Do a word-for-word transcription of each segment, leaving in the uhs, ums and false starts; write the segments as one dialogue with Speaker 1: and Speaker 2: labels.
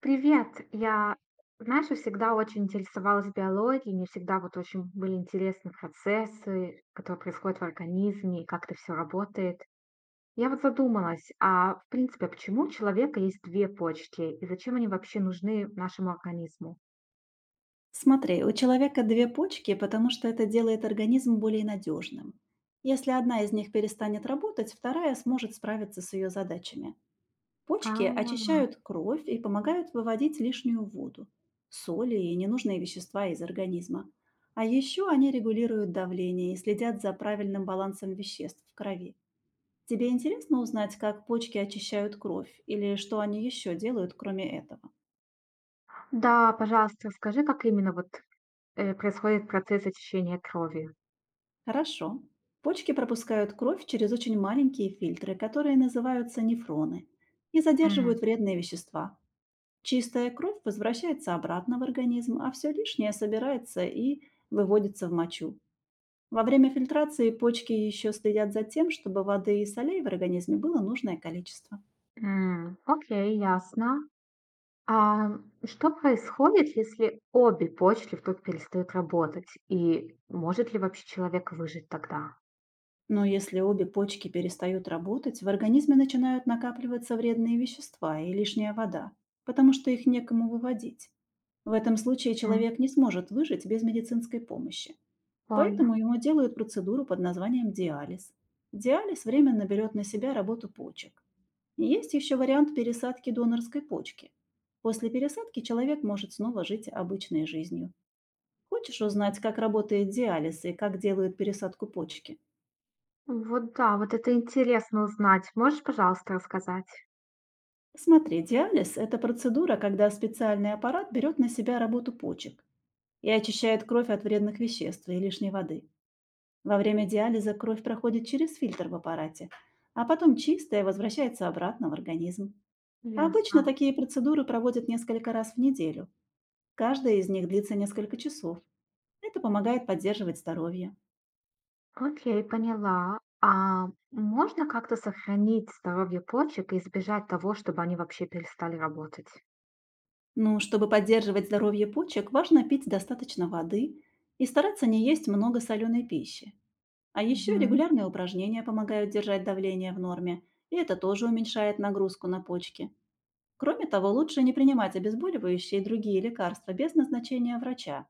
Speaker 1: Привет! Я, знаешь, я всегда очень интересовалась биологией, мне всегда вот очень были интересны процессы, которые происходят в организме, и как это все работает. Я вот задумалась, а в принципе, а почему у человека есть две почки и зачем они вообще нужны нашему организму?
Speaker 2: Смотри, у человека две почки, потому что это делает организм более надежным. Если одна из них перестанет работать, вторая сможет справиться с ее задачами.
Speaker 1: А,
Speaker 2: Почки очищают кровь и помогают выводить лишнюю воду, соли и ненужные вещества из организма. А еще они регулируют давление и следят за правильным балансом веществ в крови. Тебе интересно узнать, как почки очищают кровь или что они еще делают, кроме этого?
Speaker 1: да, пожалуйста, расскажи, как именно вот э, происходит процесс очищения крови.
Speaker 2: Хорошо. Почки пропускают кровь через очень маленькие фильтры, которые называются нефроны, и
Speaker 1: М,
Speaker 2: задерживают вредные вещества. Чистая кровь возвращается обратно в организм, а все лишнее собирается и выводится в мочу. Во время фильтрации почки еще следят за тем, чтобы воды и солей в организме было нужное количество.
Speaker 1: м, окей, ясно. А, что происходит, если обе почки вдруг перестают работать? И может ли вообще человек выжить тогда?
Speaker 2: Но если обе почки перестают работать, в организме начинают накапливаться вредные вещества и лишняя вода, потому что их некому выводить. В этом случае
Speaker 1: Мгм.
Speaker 2: человек не сможет выжить без медицинской помощи,
Speaker 1: Ой,
Speaker 2: поэтому ему делают процедуру под названием диализ. Диализ временно берет на себя работу почек. И есть еще вариант пересадки донорской почки. После пересадки человек может снова жить обычной жизнью. Хочешь узнать, как работает диализ и как делают пересадку почки?
Speaker 1: вот да, вот это интересно узнать. Можешь, пожалуйста, рассказать?
Speaker 2: Смотри, диализ – это процедура, когда специальный аппарат берет на себя работу почек и очищает кровь от вредных веществ и лишней воды. Во время диализа кровь проходит через фильтр в аппарате, а потом чистая возвращается обратно в организм. А
Speaker 1: Ясно.
Speaker 2: обычно такие процедуры проводят несколько раз в неделю. Каждая из них длится несколько часов. Это помогает поддерживать здоровье.
Speaker 1: Окей, поняла. А можно как-то сохранить здоровье почек и избежать того, чтобы они вообще перестали работать?
Speaker 2: Ну, чтобы поддерживать здоровье почек, важно пить достаточно воды и стараться не есть много соленой пищи. А еще
Speaker 1: Мгм.
Speaker 2: регулярные упражнения помогают держать давление в норме, и это тоже уменьшает нагрузку на почки. Кроме того, лучше не принимать обезболивающие и другие лекарства без назначения врача,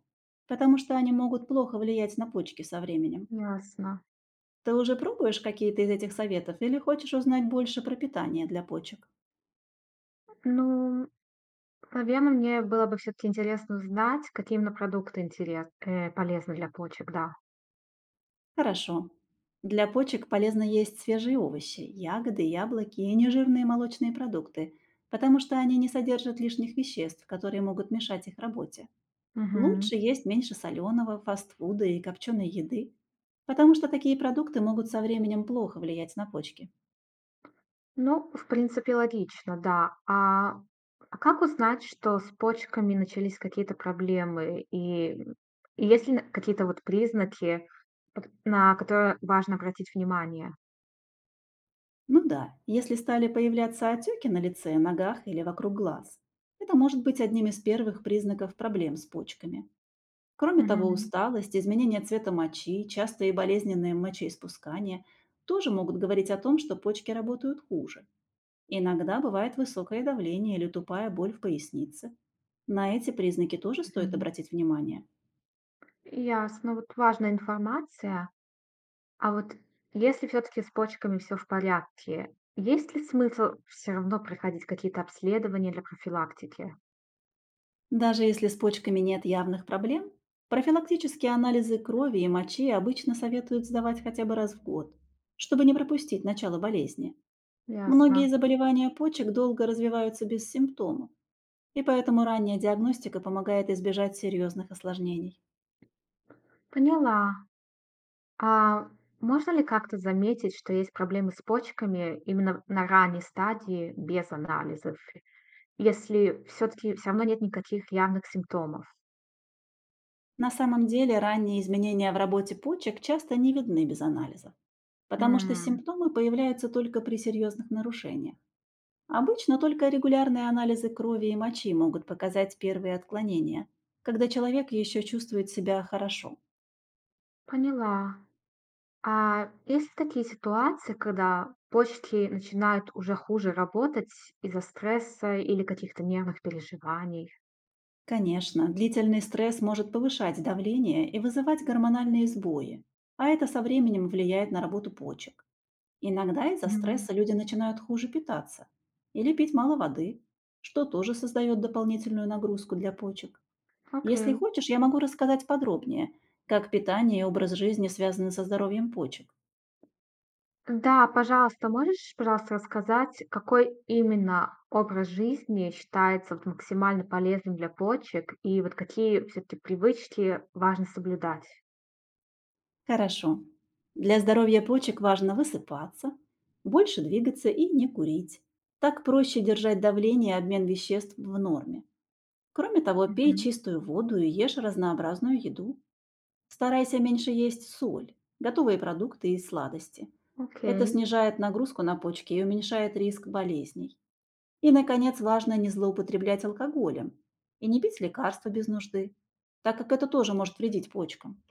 Speaker 2: потому что они могут плохо влиять на почки со временем.
Speaker 1: Ясно.
Speaker 2: Ты уже пробуешь какие-то из этих советов или хочешь узнать больше про питание для почек?
Speaker 1: Ну, наверное, мне было бы все-таки интересно узнать, какие именно продукты интерес, э, полезны для почек, да.
Speaker 2: Хорошо. Для почек полезно есть свежие овощи, ягоды, яблоки и нежирные молочные продукты, потому что они не содержат лишних веществ, которые могут мешать их работе.
Speaker 1: Мгм.
Speaker 2: Лучше есть меньше соленого, фастфуда и копченой еды, потому что такие продукты могут со временем плохо влиять на почки.
Speaker 1: Ну, в принципе, логично, да. А, а как узнать, что с почками начались какие-то проблемы? И, м, и есть ли н- какие-то вот признаки, п- на которые важно обратить внимание?
Speaker 2: Ну да, если стали появляться отеки на лице, ногах или вокруг глаз, это может быть одним из первых признаков проблем с почками. Кроме того,
Speaker 1: Мгм.
Speaker 2: усталость, изменение цвета мочи, частые болезненные мочеиспускания тоже могут говорить о том, что почки работают хуже. Иногда бывает высокое давление или тупая боль в пояснице. На эти признаки тоже стоит
Speaker 1: Мгм.
Speaker 2: обратить внимание.
Speaker 1: Ясно, вот важная информация. А вот если все-таки с почками все в порядке, есть ли смысл все равно проходить какие-то обследования для профилактики?
Speaker 2: Даже если с почками нет явных проблем, профилактические анализы крови и мочи обычно советуют сдавать хотя бы раз в год, чтобы не пропустить начало болезни.
Speaker 1: Ясно.
Speaker 2: Многие заболевания почек долго развиваются без симптомов, и поэтому ранняя диагностика помогает избежать серьезных осложнений.
Speaker 1: Поняла. А можно ли как-то заметить, что есть проблемы с почками именно на ранней стадии без анализов, если все-таки все равно нет никаких явных симптомов?
Speaker 2: На самом деле ранние изменения в работе почек часто не видны без анализа, потому что
Speaker 1: М,
Speaker 2: симптомы появляются только при серьезных нарушениях. Обычно только регулярные анализы крови и мочи могут показать первые отклонения, когда человек еще чувствует себя хорошо.
Speaker 1: поняла. А есть ли такие ситуации, когда почки начинают уже хуже работать из-за стресса или каких-то нервных переживаний?
Speaker 2: Конечно, длительный стресс может повышать давление и вызывать гормональные сбои, а это со временем влияет на работу почек. Иногда из-за
Speaker 1: Мгм.
Speaker 2: стресса люди начинают хуже питаться или пить мало воды, что тоже создает дополнительную нагрузку для почек. Если
Speaker 1: Окей.
Speaker 2: хочешь, я могу рассказать подробнее, как питание и образ жизни связаны со здоровьем почек.
Speaker 1: Да, пожалуйста, можешь, пожалуйста, рассказать, какой именно образ жизни считается вот максимально полезным для почек, и вот какие все-таки привычки важно соблюдать?
Speaker 2: Хорошо. Для здоровья почек важно высыпаться, больше двигаться и не курить. Так проще держать давление и обмен веществ в норме. Кроме того, пей
Speaker 1: Мгм.
Speaker 2: чистую воду и ешь разнообразную еду. Старайся меньше есть соль, готовые продукты и сладости. Это
Speaker 1: Окей,
Speaker 2: снижает нагрузку на почки и уменьшает риск болезней. И, наконец, важно не злоупотреблять алкоголем и не пить лекарства без нужды, так как это тоже может вредить почкам.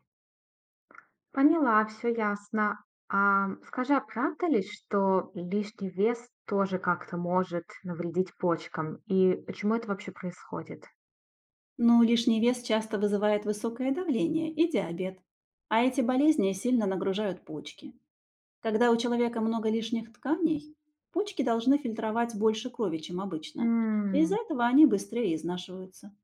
Speaker 1: поняла, все ясно. А, скажи, а правда ли, что лишний вес тоже как-то может навредить почкам? И почему это вообще происходит?
Speaker 2: Но лишний вес часто вызывает высокое давление и диабет, а эти болезни сильно нагружают почки. Когда у человека много лишних тканей, почки должны фильтровать больше крови, чем обычно. Из-за этого они быстрее изнашиваются.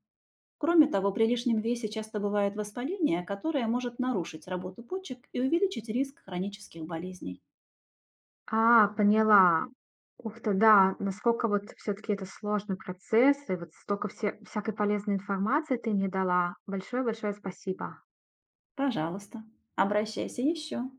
Speaker 2: Кроме того, при лишнем весе часто бывает воспаление, которое может нарушить работу почек и увеличить риск хронических болезней.
Speaker 1: А, поняла. Ух ты, да, насколько вот все таки это сложный процесс, и вот столько все всякой полезной информации ты мне дала. Большое-большое спасибо.
Speaker 2: Пожалуйста, обращайся еще.